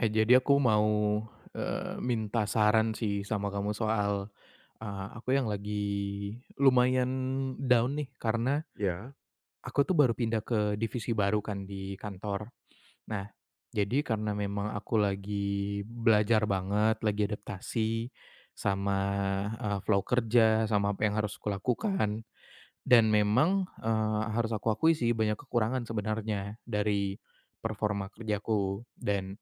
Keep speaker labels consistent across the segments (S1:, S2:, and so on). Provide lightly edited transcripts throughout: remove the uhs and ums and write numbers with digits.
S1: Jadi aku mau, minta saran sih sama kamu soal, aku yang lagi lumayan down nih karena
S2: Ya,
S1: aku tuh baru pindah ke divisi baru kan di kantor. Nah, jadi karena memang aku lagi belajar banget, lagi adaptasi sama, flow kerja, sama apa yang harus kulakukan dan memang, harus aku akui sih banyak kekurangan sebenarnya dari performa kerjaku dan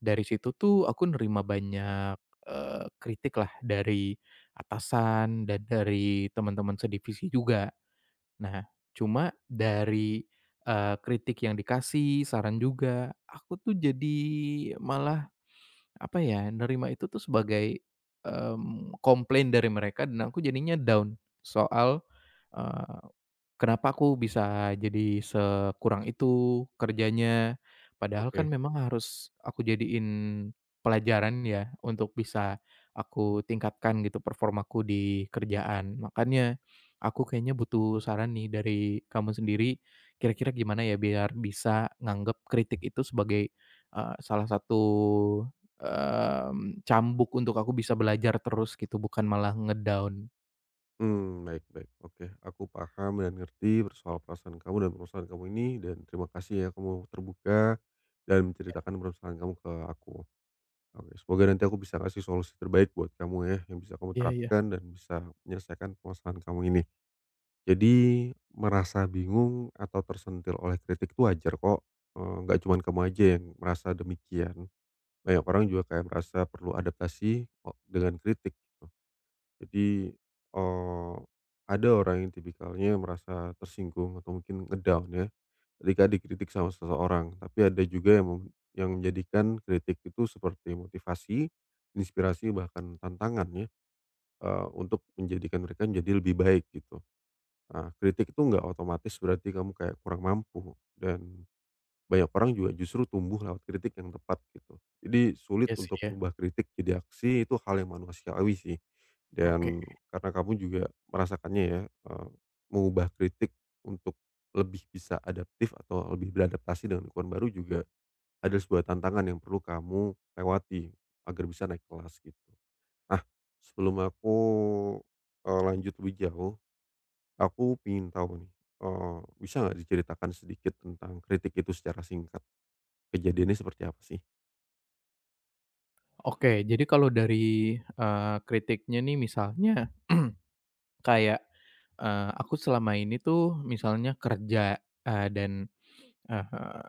S1: dari situ tuh aku nerima banyak, kritik lah dari atasan dan dari teman-teman sedivisi juga. Nah, Cuma dari, kritik yang dikasih, saran juga, aku tuh jadi malah, apa ya, nerima itu tuh sebagai, komplain dari mereka dan aku jadinya down soal, kenapa aku bisa jadi sekurang itu kerjanya, padahal kan
S2: oke.
S1: memang harus aku jadiin pelajaran ya untuk bisa aku tingkatkan gitu performaku di kerjaan. Makanya aku kayaknya butuh saran nih dari kamu sendiri, kira-kira gimana ya biar bisa nganggep kritik itu sebagai, salah satu, cambuk untuk aku bisa belajar terus gitu bukan malah ngedown.
S2: Hmm, baik baik. Oke, aku paham dan ngerti soal perasaan kamu dan permasalahan kamu ini dan terima kasih ya kamu terbuka dan menceritakan permasalahan kamu ke aku. Oke, semoga nanti aku bisa kasih solusi terbaik buat kamu ya, yang bisa kamu
S1: Iya, iya.
S2: terapkan dan bisa menyelesaikan permasalahan kamu ini. Jadi merasa bingung atau tersentil oleh kritik itu wajar kok, nggak cuman kamu aja yang merasa demikian. Banyak orang juga kayak merasa perlu adaptasi o dengan kritik. Gitu. Jadi, eee, ada orang yang tipikalnya merasa tersinggung atau mungkin ya, ketika dikritik sama seseorang. Tapi ada juga yang yang menjadikan kritik itu seperti motivasi, inspirasi, bahkan tantangan ya, untuk menjadikan mereka menjadi lebih baik gitu. Nah, kritik itu nggak otomatis berarti kamu kayak kurang mampu dan banyak orang juga justru tumbuh lewat kritik yang tepat gitu. Jadi sulit
S1: Iya sih,
S2: untuk
S1: ya.
S2: mengubah kritik jadi aksi itu hal yang manusiawi sih.
S1: Oke.
S2: Dan karena kamu juga merasakannya ya, mengubah kritik untuk lebih bisa adaptif atau lebih beradaptasi dengan lingkungan baru juga adalah sebuah tantangan yang perlu kamu lewati agar bisa naik kelas gitu. Nah, sebelum aku, lanjut lebih jauh, aku ingin tahu nih, bisa nggak diceritakan sedikit tentang kritik itu secara singkat? Kejadiannya seperti apa sih?
S1: Oke, jadi kalau dari, kritiknya nih misalnya kayak, aku selama ini tuh misalnya kerja, eee, dan, eee,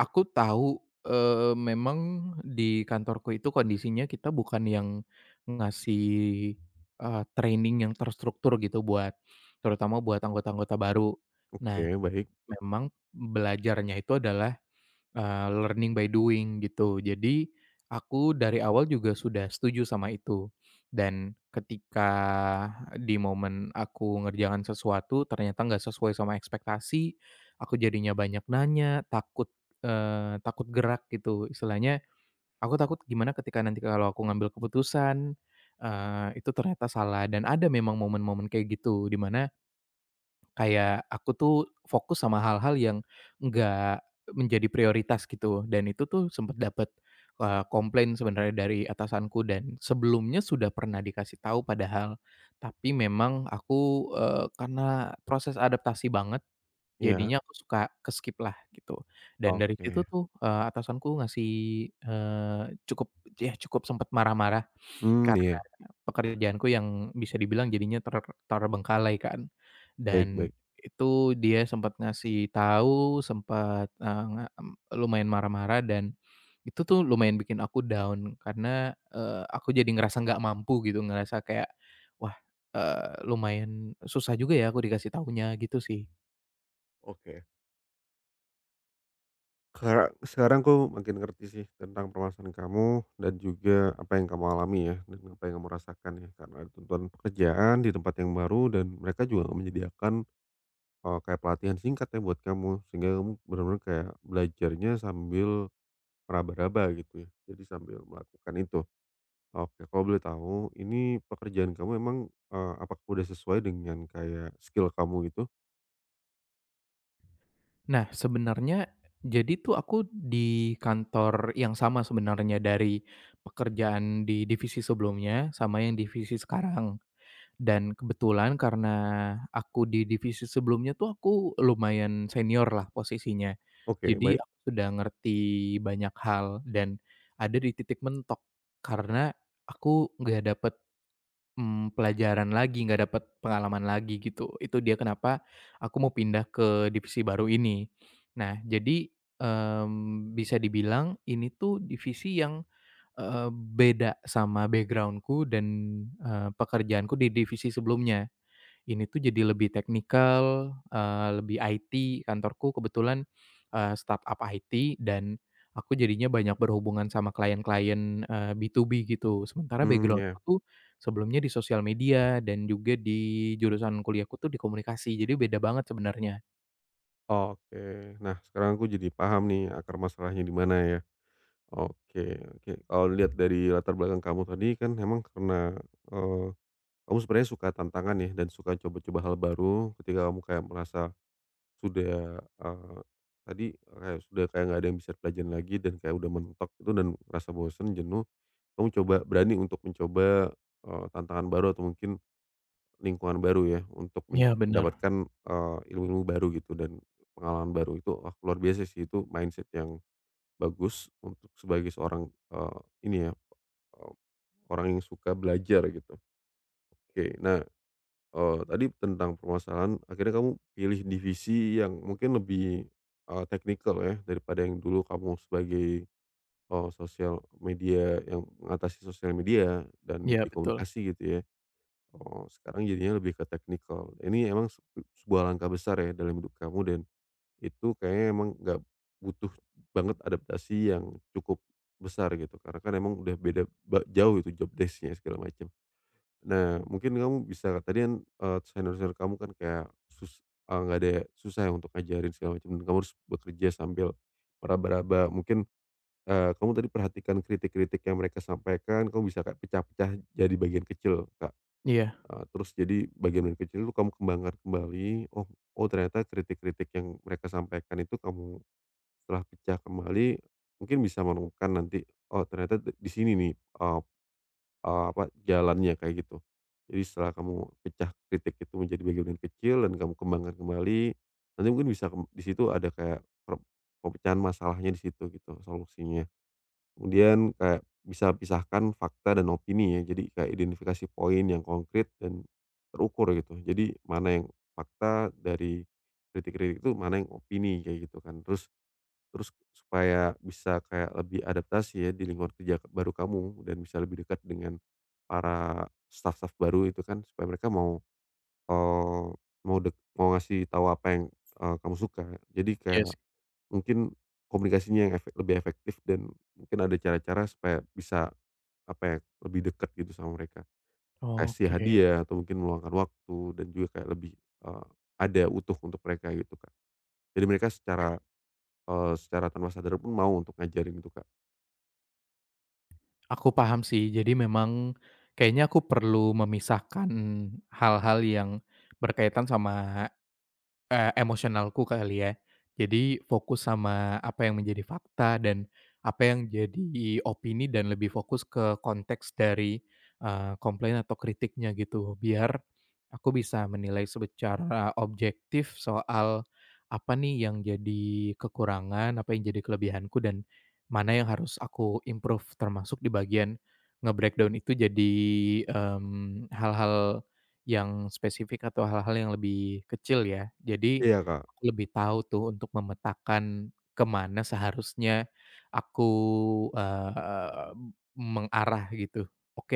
S1: aku tahu, memang di kantorku itu kondisinya kita bukan yang ngasih, training yang terstruktur gitu buat terutama buat anggota-anggota baru.
S2: Oke,
S1: Nah,
S2: baik.
S1: Memang belajarnya itu adalah, learning by doing gitu. Jadi, aku dari awal juga sudah setuju sama itu. Dan ketika di momen aku ngerjakan sesuatu ternyata nggak sesuai sama ekspektasi, aku jadinya banyak nanya, takut, takut gerak gitu. Istilahnya aku takut gimana ketika nanti kalau aku ngambil keputusan, itu ternyata salah dan ada memang momen-momen kayak gitu di mana kayak aku tuh fokus sama hal-hal yang nggak menjadi prioritas gitu, dan itu tuh sempet dapet, komplain sebenarnya dari atasanku dan sebelumnya sudah pernah dikasih tahu padahal. Tapi memang aku, karena proses adaptasi banget,
S2: Ya.
S1: jadinya aku suka keskip lah gitu. Dan dari situ
S2: Oke.
S1: tuh, atasanku ngasih, eee, cukup, ya cukup sempat marah-marah.
S2: Hmm, iya,
S1: Pekerjaanku yang bisa dibilang jadinya terbengkalai kan,
S2: baik
S1: dan
S2: baik.
S1: itu dia sempat ngasih tahu, sempat, lumayan marah-marah dan itu tuh lumayan bikin aku down karena, aku jadi ngerasa nggak mampu gitu, ngerasa kayak, "Wah, lumayan susah juga ya aku dikasih tahunya," gitu sih.
S2: Oke. Kara sekarang aku makin ngerti sih tentang permasalahan kamu dan juga apa yang kamu alami ya, dan apa yang kamu rasakan ya, karena ada tuntutan pekerjaan di tempat yang baru dan mereka juga nggak menyediakan, kayak pelatihan singkat ya buat kamu, sehingga kamu benar-benar kayak belajarnya sambil meraba-raba gitu ya. Jadi sambil melakukan itu. Oke, kalau boleh tahu, ini pekerjaan kamu emang, apakah udah sesuai dengan kayak skill kamu itu?
S1: Nah, sebenarnya jadi tuh aku di kantor yang sama sebenarnya dari pekerjaan di divisi sebelumnya sama yang divisi sekarang. Dan kebetulan karena aku di divisi sebelumnya tuh aku lumayan senior lah posisinya.
S2: Oke,
S1: Jadi
S2: baik.
S1: aku sudah ngerti banyak hal dan ada di titik mentok karena aku nggak dapet, pelajaran lagi, nggak dapet pengalaman lagi gitu. Itu dia kenapa aku mau pindah ke divisi baru ini. Nah jadi, bisa dibilang ini tuh divisi yang, beda sama backgroundku dan, pekerjaanku di divisi sebelumnya. Ini tuh jadi lebih teknikal, lebih IT, kantorku kebetulan, startup IT dan aku jadinya banyak berhubungan sama klien-klien, B2B gitu. Sementara
S2: Hmm,
S1: background-ku
S2: ya.
S1: tuh sebelumnya di sosial media dan juga di jurusan kuliahku tuh di komunikasi, jadi beda banget sebenarnya.
S2: Oke. Nah, sekarang aku jadi paham nih akar masalahnya di mana ya. Oke oke. Kalau lihat dari latar belakang kamu tadi kan memang karena, eee, kamu sebenarnya suka tantangan ya dan suka coba-coba hal baru ketika kamu kayak merasa sudah, tadi kayak sudah kayak nggak ada yang bisa pelajaran lagi dan kayak udah mentok itu dan rasa bosen, jenuh, kamu coba berani untuk mencoba, tantangan baru atau mungkin lingkungan baru ya untuk
S1: Iya bener,
S2: mendapatkan, ilmu-ilmu baru gitu dan pengalaman baru itu, wah luar biasa sih itu mindset yang bagus untuk sebagai seorang, ini ya, eee, orang yang suka belajar gitu. Oke, nah, tadi tentang permasalahan akhirnya kamu pilih divisi yang mungkin lebih, teknikal ya daripada yang dulu kamu sebagai, sosial media yang mengatasi sosial media dan
S1: iya
S2: di
S1: betul.
S2: komunikasi gitu ya. Oh, sekarang jadinya lebih ke teknikal. Ini emang sebuah langkah besar ya dalam hidup kamu dan itu kayaknya emang nggak butuh banget adaptasi yang cukup besar gitu, karena kan emang udah beda jauh itu job desk-nya segala macam. Nah, mungkin kamu bisa tadi kan, senior-senior kamu kan kayak nggak ada susah ya untuk ngajarin segala macam dan kamu harus bekerja sambil meraba-raba. Mungkin, kamu tadi perhatikan kritik-kritik yang mereka sampaikan, kamu bisa kayak pecah-pecah jadi bagian kecil Kak,
S1: Iya,
S2: terus jadi bagian-bagian kecil itu kamu kembangkan kembali, oh oh ternyata kritik-kritik yang mereka sampaikan itu kamu setelah pecah kembali, mungkin bisa menemukan nanti, oh ternyata di sini nih, apa, jalannya kayak gitu. Jadi setelah kamu pecah kritik itu menjadi bagian kecil dan kamu kembangkan kembali, nanti mungkin bisa di situ ada kayak pemecahan masalahnya di situ gitu, solusinya. Kemudian kayak bisa pisahkan fakta dan opini ya, jadi kayak identifikasi poin yang konkret dan terukur gitu. Jadi mana yang fakta dari kritik-kritik itu, mana yang opini kayak gitu kan. Terus Terus supaya bisa kayak lebih adaptasi ya di lingkungan kerja baru kamu dan bisa lebih dekat dengan para staff-staff baru itu kan supaya mereka mau, eee, mau mau ngasih tahu apa yang, kamu suka. Jadi
S1: iya
S2: kayak
S1: sih.
S2: mungkin komunikasinya yang lebih efektif dan mungkin ada cara-cara supaya bisa, apa ya, lebih dekat gitu sama mereka. Kasih
S1: Oke,
S2: hadiah atau mungkin meluangkan waktu dan juga kayak lebih, eee, ada utuh untuk mereka gitu, kan. Jadi mereka secara secara tanpa sadar pun mau untuk ngajarin itu, Kak?
S1: aku paham sih. Jadi memang kayaknya aku perlu memisahkan hal-hal yang berkaitan sama, emosionalku kali ya. Jadi fokus sama apa yang menjadi fakta dan apa yang jadi opini dan lebih fokus ke konteks dari, komplain atau kritiknya gitu. Biar aku bisa menilai secara objektif soal apa nih yang jadi kekurangan, apa yang jadi kelebihanku, dan mana yang harus aku improve termasuk di bagian nge-breakdown itu jadi, hal-hal yang spesifik atau hal-hal yang lebih kecil ya. Jadi,
S2: Iya, Kak.
S1: aku lebih tahu tuh untuk memetakan kemana seharusnya aku, eee, mengarah gitu. Oke,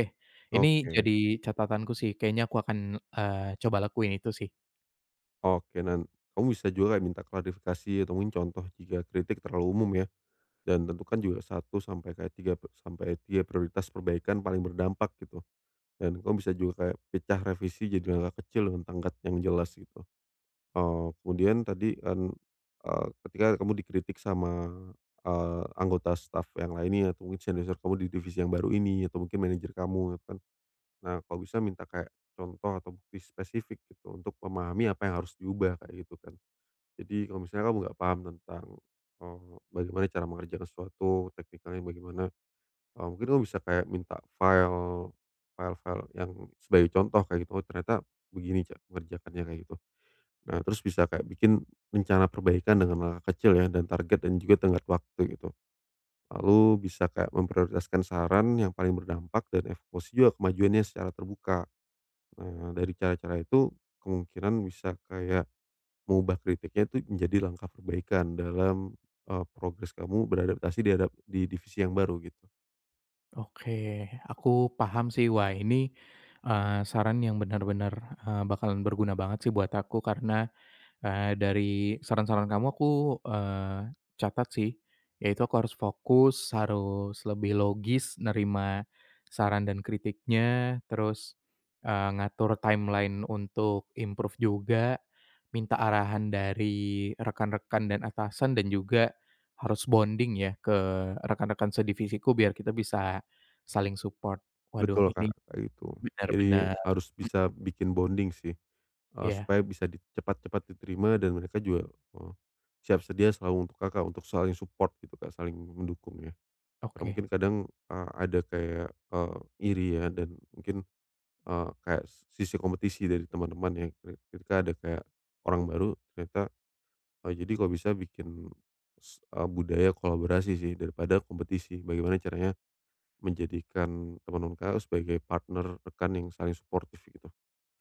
S1: ini
S2: Oke
S1: jadi catatanku sih, kayaknya aku akan, coba lakuin itu sih.
S2: oke, kamu bisa juga kayak minta klarifikasi atau mungkin contoh jika kritik terlalu umum ya, dan tentukan juga satu sampai kayak 3 sampai 3 prioritas perbaikan paling berdampak gitu, dan kamu bisa juga kayak pecah revisi jadi langkah kecil dengan tanggat yang jelas gitu. Kemudian tadi kan, ketika kamu dikritik sama, anggota staf yang lainnya atau mungkin senior kamu di divisi yang baru ini atau mungkin manajer kamu gitu kan. Nah, kalau bisa minta kayak contoh atau bukti spesifik gitu untuk memahami apa yang harus diubah kayak gitu kan. Jadi kalau misalnya kamu nggak paham tentang, bagaimana cara mengerjakan sesuatu, teknikalnya bagaimana, mungkin kamu bisa kayak minta file-file yang sebagai contoh kayak gitu, "Oh ternyata begini cara mengerjakannya," kayak gitu. Nah, terus bisa kayak bikin rencana perbaikan dengan langkah kecil ya dan target dan juga tenggat waktu gitu. Lalu bisa kayak memprioritaskan saran yang paling berdampak dan evaluasi juga kemajuannya secara terbuka. Nah, dari cara-cara itu kemungkinan bisa kayak mengubah kritiknya itu menjadi langkah perbaikan dalam, progres kamu beradaptasi di di divisi yang baru gitu.
S1: Oke, aku paham sih. Wah ini, saran yang benar-benar, bakalan berguna banget sih buat aku karena, dari saran-saran kamu aku, eee, catat sih, yaitu aku harus fokus, harus lebih logis nerima saran dan kritiknya, terus, ngatur timeline untuk improve juga, minta arahan dari rekan-rekan dan atasan, dan juga harus bonding ya ke rekan-rekan sedivisiku biar kita bisa saling support. Waduh
S2: Betul,
S1: ini
S2: Kak, kayak gitu. Jadi
S1: benar-benar,
S2: harus
S1: mmm,
S2: bisa bikin bonding sih,
S1: iya,
S2: supaya bisa cepat-cepat diterima dan mereka juga, eee, siap sedia selalu untuk Kakak, untuk saling support gitu, Kak, saling mendukung ya. Karena
S1: oke.
S2: mungkin kadang, ada kayak, iri ya dan mungkin kayak sisi kompetisi dari teman-teman ya, ketika ada kayak orang baru ternyata jadi kalau bisa bikin budaya kolaborasi sih daripada kompetisi. Bagaimana caranya menjadikan teman-teman Kakak sebagai partner, rekan yang saling suportif gitu.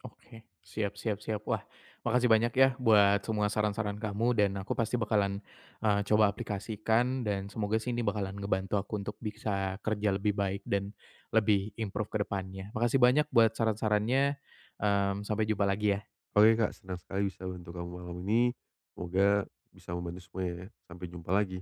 S1: Oke, siap, siap, siap. Wah, makasih banyak ya buat semua saran-saran kamu dan aku pasti bakalan, coba aplikasikan dan semoga sih ini bakalan ngebantu aku untuk bisa kerja lebih baik dan lebih improve ke depannya. Makasih banyak buat saran-sarannya, sampai jumpa lagi ya.
S2: Oke Kak, senang sekali bisa bantu kamu malam ini. Semoga bisa membantu semuanya ya. Sampai jumpa lagi.